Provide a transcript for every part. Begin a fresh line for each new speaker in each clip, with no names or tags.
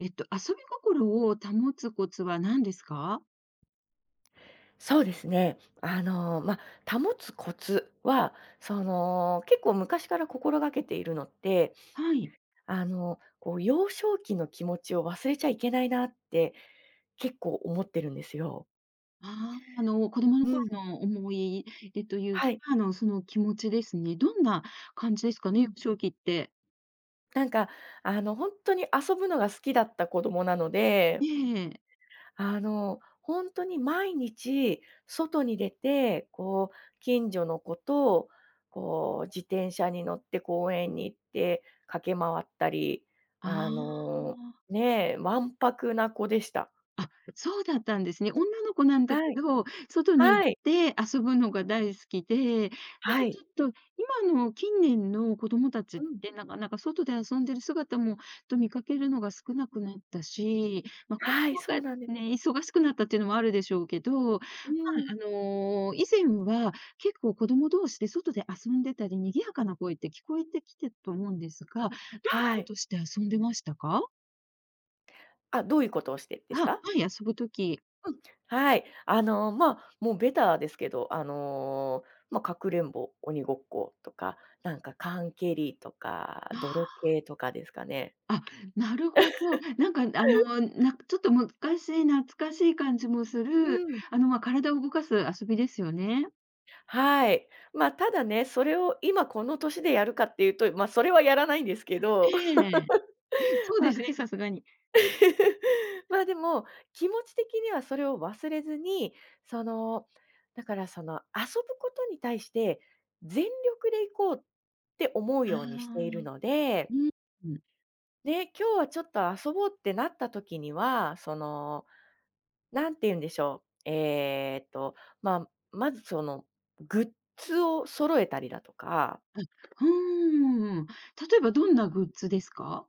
遊び心を保つコツは何ですか？
そうですね。保つコツは、結構昔から心がけているのって、
はい。
こう幼少期の気持ちを忘れちゃいけないなって結構思ってるんですよ。
ああ、子供の
う
頃
ん。
の思い出というか、
はい。
その気持ちですね。どんな感じですか
う
ね、幼
ん。
少期って。
なんか、本当に遊ぶのが好きだった子供なの
え
で
ええ。
本当に毎日外に出て、こう、近所の子と、こう、自転車に乗って公園に行って駆け回ったり、
あ
あの、
あ。
ねえ、わんぱくな子でした。
あ、そうだったんですね。女の子なんだけ
はい。
ど、外に行っ
はい。
て遊ぶのが大好きで、なんか
は
ち
い。
ょっと今の近年の子供たち
う
っ
ん。
て、なかなか外で遊んでる姿もと見かけるのが少なくなったし、まあ、子
はい、
供
そう
が
なんです。
ね、忙しくなったっていうのもあるでしょうけど、
うん。
以前は結構子供同士で外で遊んでたり、賑やかな声って聞こえてきてたと思うんですが、どんな
は
こ
い。
として遊んでましたか？
あ、どういうことをしてで
あ、
す
は
か？
い、遊ぶとき。
うん、はい。まあ、もうベターですけど、まあ、かくれんぼ、鬼ごっことか、なんか缶蹴りとか、泥
あ。
系とかですかね。
あ、なるほど。なんか、ちょっと昔懐かしい感じもす
う
る、
ん。
ま、体を動かす遊びですよね。
はい。まあ、ただね、それを今この年でやるかっていうと、まあ、それはやらないんですけど、
ええ。そう
ま
で
あ、
すね、さすがに。
ま、でも、気持ち的にはそれを忘れずに、その、だからその、遊ぶことに対して全力でいこうって思う
あ
ようにしている
あ、
ので、
うん、うん。
で、今日はちょっと遊ぼうってなった時には、その、なんて言うんでしょう、えーっと、まあ、まずその、グッズを揃えたりだとか。
うーん。例えばどんなグッズですか？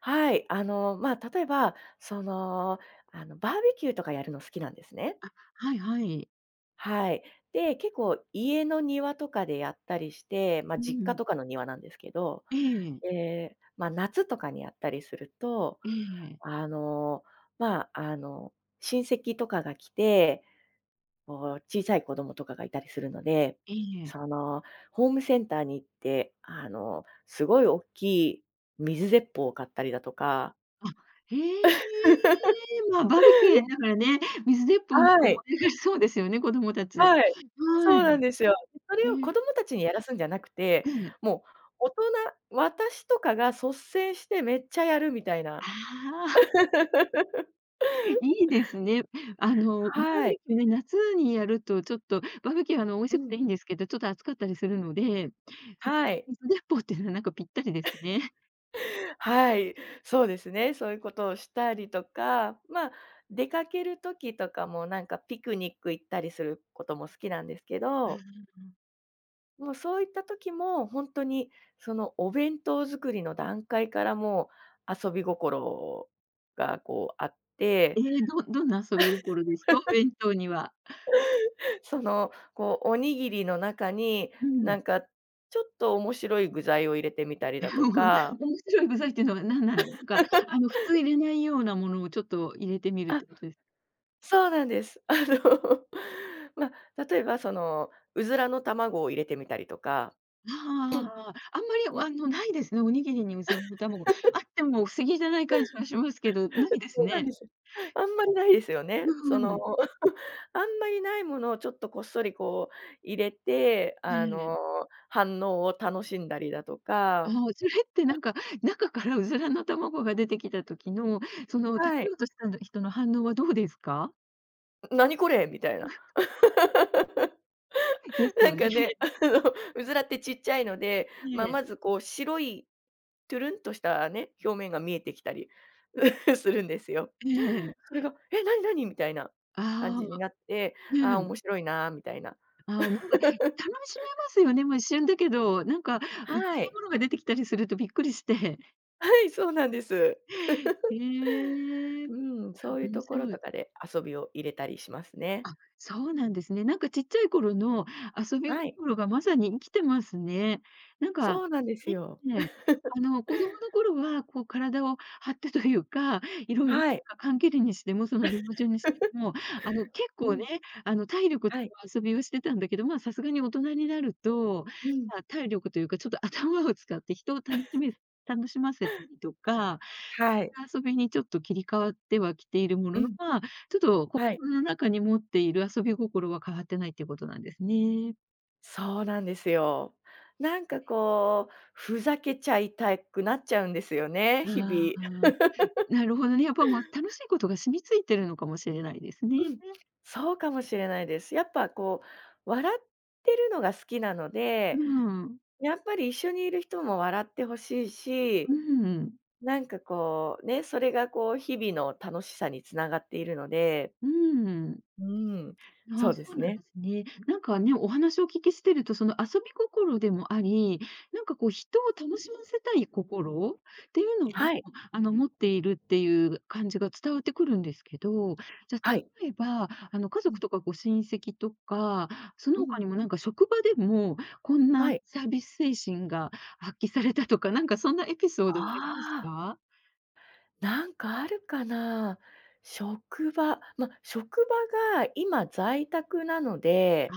はい、まあ、例えば、バーベキューとかやるの好きなんですね。
あ、はいはい。
はい。で、結構家の庭とかでやったりして、まあ、
う
実家
ん。
とかの庭なんですけど、
ええ、
え、まあ、夏とかにやったりすると、
ええ、
あの、まあ、あの、親戚とかが来て、こう、小さい子供とかがいたりするので、
ええ。
その、ホームセンターに行って、あの、すごい大きい水鉄砲を買ったりだとか。
あ、へえ。まあ、バーベキューやりながらね、水鉄砲なんか
は
も
い、
お願いしそうですよね、子供たち。
はい。そ
は
うなん
い。
ですよ。そ
え
れを子
え、
供たちにやらすんじゃなくて、
ええ。
もう大人、私とかが率先してめっちゃやるみたいな。
ああ。いいですね。バー
はい。
ベキューね、夏にやるとちょっと、バーベキュー、美味
う
しく
ん。
ていいんですけど、ちょっと暑かったりするので、そ
は
の、
い。
水鉄砲っていうのはなんかぴったりですね。
はい、そうですね。そういうことをしたりとか、まあ、出かける時とかも、なんかピクニック行ったりすることも好きなんですけど、もうそういった時も、本当にそのお弁当作りの段階からもう遊び心がこうあっ
え
て、
え、どどんな遊び心ですか？お弁当には。
こうおにぎりの中に、
う
な
ん。
んかちょっと面白い具材を入れてみたりだと か。
面白い具材っていうのは何なんですか？普通入れないようなものをちょっと入れてみるってことです
そうなんです。まあ、例えばその、うずらの卵を入れてみたりとか、
ああああああ。あん
ま
まり、ないですね、おにぎりにうずらの卵。あっても不思議じゃない感じはしますけど、ないです
そうなんで
ね。
すよ。あんまりないですよね。そ
う
の、
ん。
あんまりないものをちょっとこっそりこう入れて、あ
ええ。
の、反応を楽しんだりだと
あ
か。
あ、それってなんか、中からうずらの卵が出てきた時の、その食
は
べ
い。
ようとした人の反応はどうですか？
「何これ」みたいな。
で す
な
よ
ん
ね。
かね、あ の、うずらってちっちゃいので、
え
ま、
え、
まずこう白いトゥルンとしたね、表面が見えてきたり するんですよ。
ええ。
それが、「え、なになに？」みたいな感
あ
じに
あ、
なって、あ
う
あ、
ん。
面白いなみたいな。
ああ、なんか楽しめますよね、もう一瞬だけど、なんか意
は
外な
い。
ものが出てきたりするとびっくりして。
はい、そうなんです。
へえ、
うん、そういう
面
ところ
白
と
い。
かで遊びを入れたりしますね。
そうなんですね。なんかちっちゃい頃の遊び
はい。
心がまさに生きてますね。なんか、
そうなんです
ね、
よ。
ねあ の、子供の頃は、こう、体を張ってというか、いろいろなん
はい。
か缶蹴りにしても、その道場にしても、結
う
構ね、
ん、
体力を使
はい。
う遊びをしてたんだけど、まあ、さすがに大人になると、
うん、
まあ、体力というか、ちょっと頭を使って人を楽しませたりとか、
はい。
遊びにちょっと切り替わってはきているも
う
のの、
ん、
まあ、ちょっと
はい。
心の中に持っている遊び心は変わってないっていうことなんですね。
そうなんですよ。なんかこう、ふざけちゃいたくなっちゃうんですよね、日
あ
々。
あ、なるほどね。やっぱもう楽しいことが染みついてるのかもしれないですね。
うん、そうかもしれないです。やっぱこう、笑ってるのが好きなの
う
で、
ん。
やっぱり一緒にいる人も笑ってほしい
う
し、
ん。
なんかこうね、それがこう日々の楽しさにつながっているので、
うん。
うん、
あ
そ
あ、
う
そ
で
う
す
なん
ね。
ですね。なんかね、お話をお聞きしてると、その遊び心でもあり、なんかこう人を楽しませたい心っていうのも、
はい、
持っているっていう感じが伝わってくるんですけど、じゃあ
はい。
例えば、家
う
族
ん
とかご親戚とか、その
う
他
ん。
にもなんか職場でも、こんな
はい。
サービス精神が発揮されたとか、なんかそんなエピソードあります
ああ、
か？
なんかあるかな。職場、ま、職場が今在宅なので、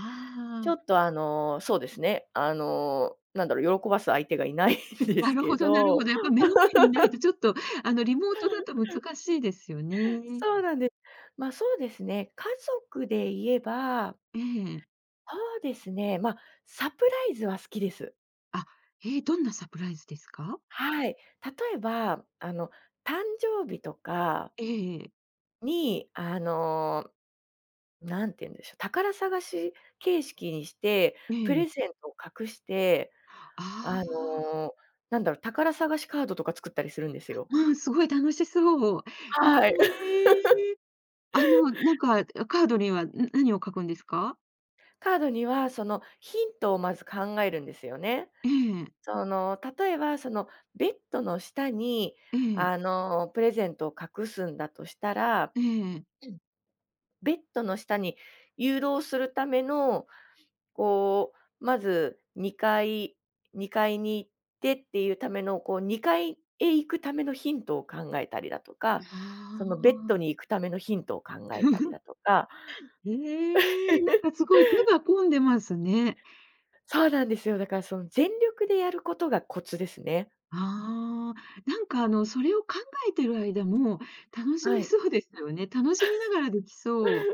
ちょ
あ
っ
ー。
とあの、そうですね、喜ばす相手がいないんで
な
す
る
け
ほどなる
ど。
ほど。やっぱ目の前にいないとちょっと、リモートだと難しいですよね。
そうなんです。ま、そうですね。家族で言えば、
ええ。
そうですね、ま、サプライズは好きです。
あ、ええ、どんなサプライズですか？
はい。例えば、誕生日とか
ええええ。
に、あの、なんて言うんでしょう、宝探し形式にして、プレゼントを隠して、
あ
あの、宝探しカードとか作ったりするんです
あ、
よ。
うん、すごい楽しそう。
はい。
ええ。なんか、カードには、何を書くんですか？
カードには、そのヒントをまず考えるんですよね。
ええ、
例えば、その、ベッドの下に、
ええ、
あの、プレゼントを隠すんだとしたら、
ええ。
ベッドの下に誘導するための、こう、まず階2階に行ってっていうための、こう、2階へ行くためのヒントを考えたりだとか、
あ
そのベッド
あ。
に行くためのヒントを考えたり だとか。
ええ、なんかすごい手が込んでますね。
そうなんですよ。だからその全力でやることがコツですね。
ああ、なんかそれを考えてる間も楽し
は
め
い。
そうですよね。楽しみながらできそ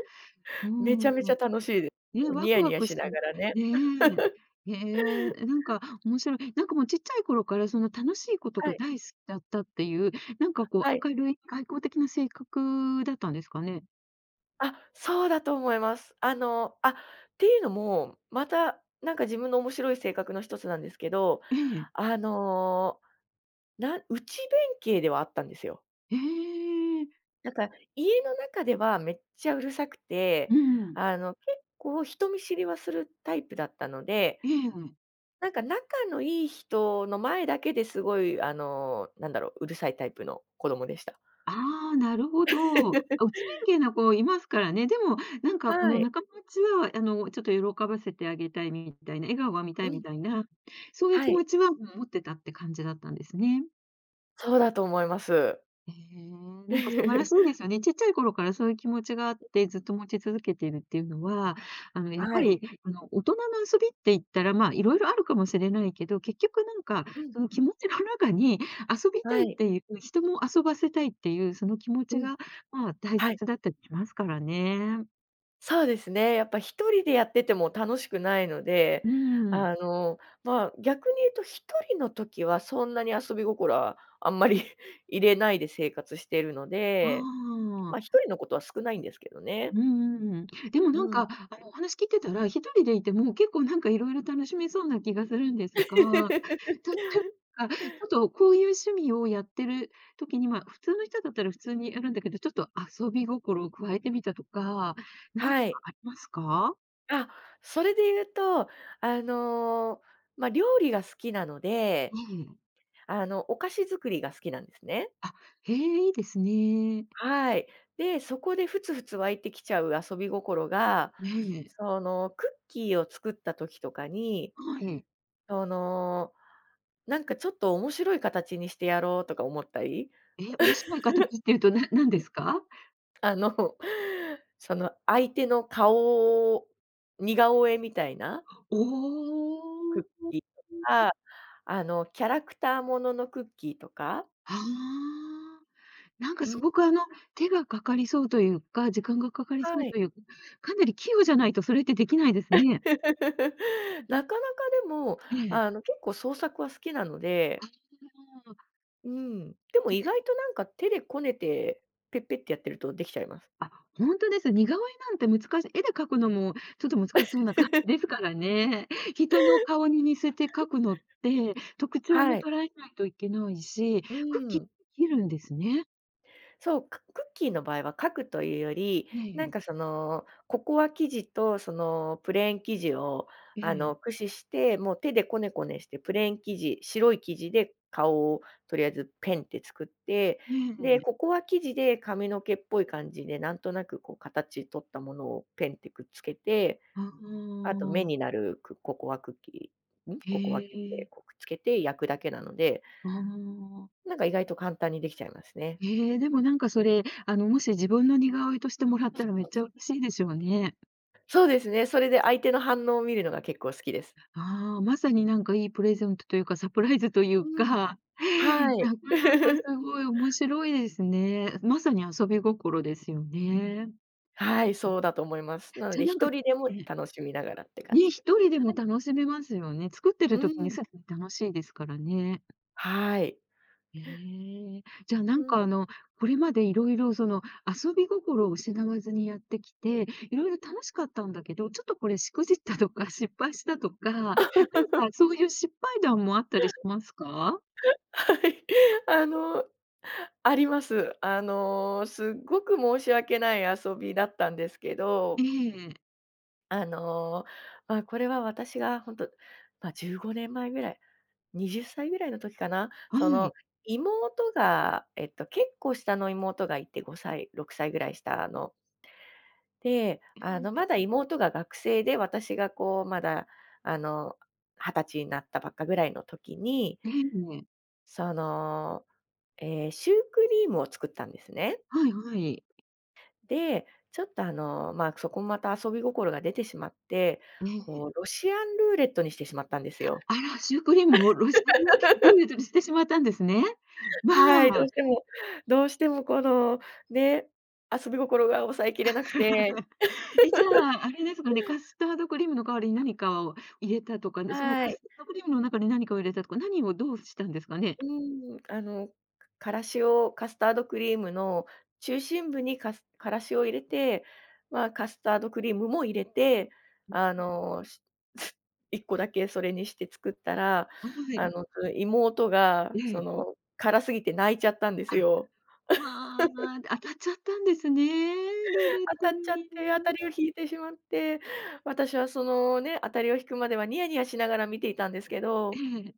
う。
めち
うん。
ゃめちゃ楽しいで、
ね、
す
ワ
ニ
ク
ヤニ
ワ
ヤ
ク
し
し
ながらね。
ねえ。へえ、なんか面白い。なんかもうちっちゃい頃からその楽しいこと
は
が
い。
大好きだったっていう、なんかこ
はい。
う明るい外交的な性格だったんですかね？
あ、そうだと思います。あ、っていうのも、また、なんか自分の面白い性格の一つなんですけど、
ええ。
あの、内弁慶ではあったんですよ。
ええ。
なんか家の中ではめっちゃうるさくて、
うん。
あの、結構人見知りはするタイプだったので、
ええ。
なんか仲のいい人の前だけですごい、うるさいタイプの子供でした。
ああ、なるほど。あ、内弁慶な子いますからね。でも、なんかこ
は
の
い。
仲間内は、ちょっと喜ばせてあげたいみたいな、笑顔が見た
う
いみ
ん、
たいな、そういう
は
気持
い。
ちは、持ってたって感じだったんですね。
そうだと思います。
ええ、なんか素晴らしいです よね。ちっちゃい頃からそういう気持ちがあって、ずっと持ち続けているっていうのは、やっぱ
はい。
り、大人の遊びって言ったら、まあ、いろいろあるかもしれないけど、結局なんか、
うん、
その気持ちの中に遊びた
は
いっ
い。
ていう、人も遊ばせたいっていう、その気持
う
ち
ん、
が、まあ、大
はい。
切だったりしますからね。
そうですね。やっぱ一人でやってても楽しくないので、
うん。
あの、まあ、逆に言うと一人の時はそんなに遊び心はあんまり 入れないで生活しているの
あ
で、ま
あ。
あ、一人のことは少ないんですけどね。
うんうんうん。でもなん
うん。
か、お話聞いてたら、一人でいても結構なんかいろいろ楽しめそうな気がするんですが、例えば、ちょっとこういう趣味をやってる時に、まあ、普通の人だったら普通にやるんだけど、ちょっと遊び心を加えてみたとか、なんか
はい。
ありますか？
あ、それで言うと、あの、まあ、料理が好きなの
え
で、
え。
あの、お菓子作りが好きなんですね。
あ、へえ、いいですね。
はい。で、そこでふつふつ湧いてきちゃう遊び心が、
ええ。
その、クッキーを作った時とかに、
はい。
その、なんかちょっと面白い形にしてやろうとか思ったり、
え、面白い形っていうと、なんですか？
あの、その相手の顔を似顔絵みたいな
お
クッ
ー
キーとか、あの、キャラクターもののクッキーとか。
ああ。なんか
う
す
ん。
ごく手がかかりそうというか、時間がかかりそ
は
う
い。
というか、かなり器用じゃないとそれってできないです ね。
なかなかでも、
ええ。
あの、結構創作は好きなので。
ああ、
うん。でも
へ
意
え、
外となんか手でこねて、ペッペってやってるとできちゃいます。
あ、ほんとです。似顔絵なんて難しい絵で描くのもちょっと難しそうな感じですからね。人の顔に似せて描くのって、特徴も
はい。
捉えないといけないし、
う
くっきり
ん。
できるんですね。
そう、クッキーの場合は書くというより、
ね
なん
え、
かその、ココア生地とそのプレーン生地を、
え
あ
え、
の、駆使して、もう手でこねこねして、プレーン生地、白い生地で顔をとりあえずペンって作って、
ね
で、コ
え。
コア生地で髪の毛っぽい感じで、なんとなくこう形取ったものをペンってくっつけて、
あ
あと目に
あ、
なるココアクッキーん？
へ
ココア生地
え、
でこうくっつけて焼くだけなので、
ああ。
なんか意外と簡単にできちゃいますね。
ええ、でもなんかそれ、もし自分の似顔絵としてもらったらめっちゃ嬉しいでしょうね。
そうですね、それで相手の反応を見るのが結構好きです。
ああ、まさになんかいいプレゼントというか、サプライズという
う
か、
ん。はい。
なかなか すごい面白いですね。まさに遊び心ですよね。
はい、そうだと思います。なの
じゃ、
で
なんか
一人でも
ね、
楽しみながらって感
に
じで。
一人で
は
も
い。
楽しめますよね。作って
う
る時に
ん。
すでに楽しいですからね。
はい。
ええ、じゃあな
う
んか
ん。
これまでいろいろその遊び心を失わずにやってきて、いろいろ楽しかったんだけど、ちょっとこれしくじったとか失敗したとか、なんかそういう失敗談もあったりしますか？
はい。あの、あります。あの、すっごく申し訳ない遊びだったんですけ
え
ど、
え、
あの、まあ、これは私がほんと、ま、15年前ぐらい、20歳ぐらいの時かな、
はい。
妹が、結構下の妹がいて、5歳、6歳ぐらい下の。で、
え
あの、まだ妹が学生で、私がこう、まだ、あの、20歳になったばっかぐらいの時に、
え、
その、えーシュークリームを作ったんですね。
はいはい。
で、ちょっとあの、まあ、そこもまた遊び心が出てしまって、
ええ。
こうロシアンルーレットにしてしまったんですよ。
あら、シュークリームをロシアンルーレットにしてしまったんですね。ま
はい、どう
あ。
してもどうしてもこのね、遊び心が抑えきれなくて。
え、じゃあ、あれですかね、カスタードクリームの代わりに何かを入れたとか、その
は
カ
い。
スタードクリームの中に何かを入れたとか、何をどうしたんですかね？
うん、あの、からしをカスタードクリームの中心部にからしを入れて、まあ、カスタードクリームも入れて、あの、し 1個だけそれにして作ったら、
は
あ
い。
の、その妹が、
え
そ
え。
の、辛すぎて泣いちゃったんです
あ、
よ。
まあ、当たっちゃったんですね、ルーレッ
当
ト
たっちゃっ
に。
て、当たりを引いてしまって、私はそのね、当たりを引くまではニヤニヤしながら見ていたんですけ
え
ど、
え。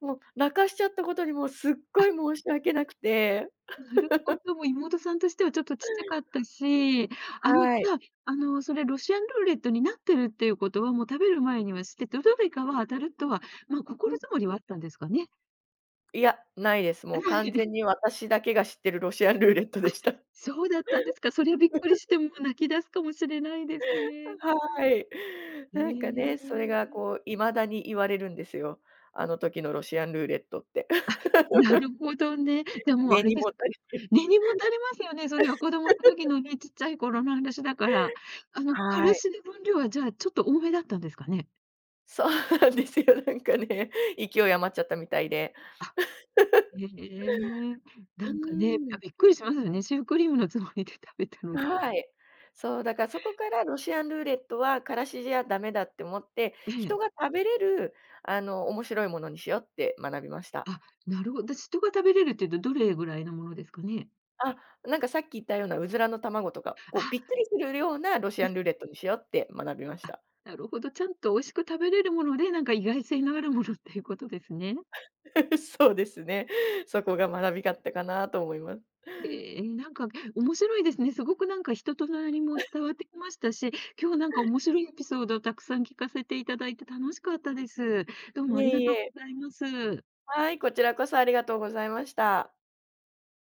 もう泣かしちゃったことにもうすっご
あ、
い申し訳なくて。
なるほど、もう妹さんとしてはちょっとちっちゃかったし、じ
はい。
ゃあ、それロシアンルーレットになってるっていうことは、もう食べる前には知ってて、どれかは当たるとは、まあ、心づもりはあったんですかね？
いや、ないです。もう
は
完
い。
全に私だけが知ってるロシアンルーレットでした。
そうだったんですか。そりゃびっくりして、もう泣き出すかもしれないですね。
はい。
え
なんかね、それが
え、
こう未だに言われるんですよ。あの時のロシアンルーレットって。
なるほどね。じゃあ、もうあ
根
れ
に
です
も
か、
たれてる。
根にもたれますよね、それは子供の時のね、ちっちゃい頃の話だから。か
は
ら
い。
しの分量はじゃあ、ちょっと多めだったんですかね？
そうなんですよ。なんかね、勢い余っちゃったみたいで。
あ、へえ、
う
なんかね、
ー
あ、
ん。
びっくりしますよね。シュークリームのつもりで食べたのに。
はい。そう、だからそこからロシアンルーレットはからしじゃダメだって思って、
ええ。
人が食べれる、あの、面白いものにしようって学びました。
あ、なるほど。私人が食べれるっていうと、どれぐらいのものですかね？
あ、なんかさっき言ったようなうずらの卵とか、こうびっ
あ
くりするようなロシアンルーレットにしようって学びまし
あ、
た。
なるほど。ちゃんと美味しく食べれるもので、なんか意外性のあるものっていうことですね。
そうですね。そこが学びだったかなと思います。
ええ、なんか面白いですね。すごくなんか人となりも伝わってきましたし、今日なんか面白いエピソードをたくさん聞かせていただいて楽しかったです。どうも
い
あり
え
が
い
とう
え。
ございます。
はい、こちらこそありがとうございました。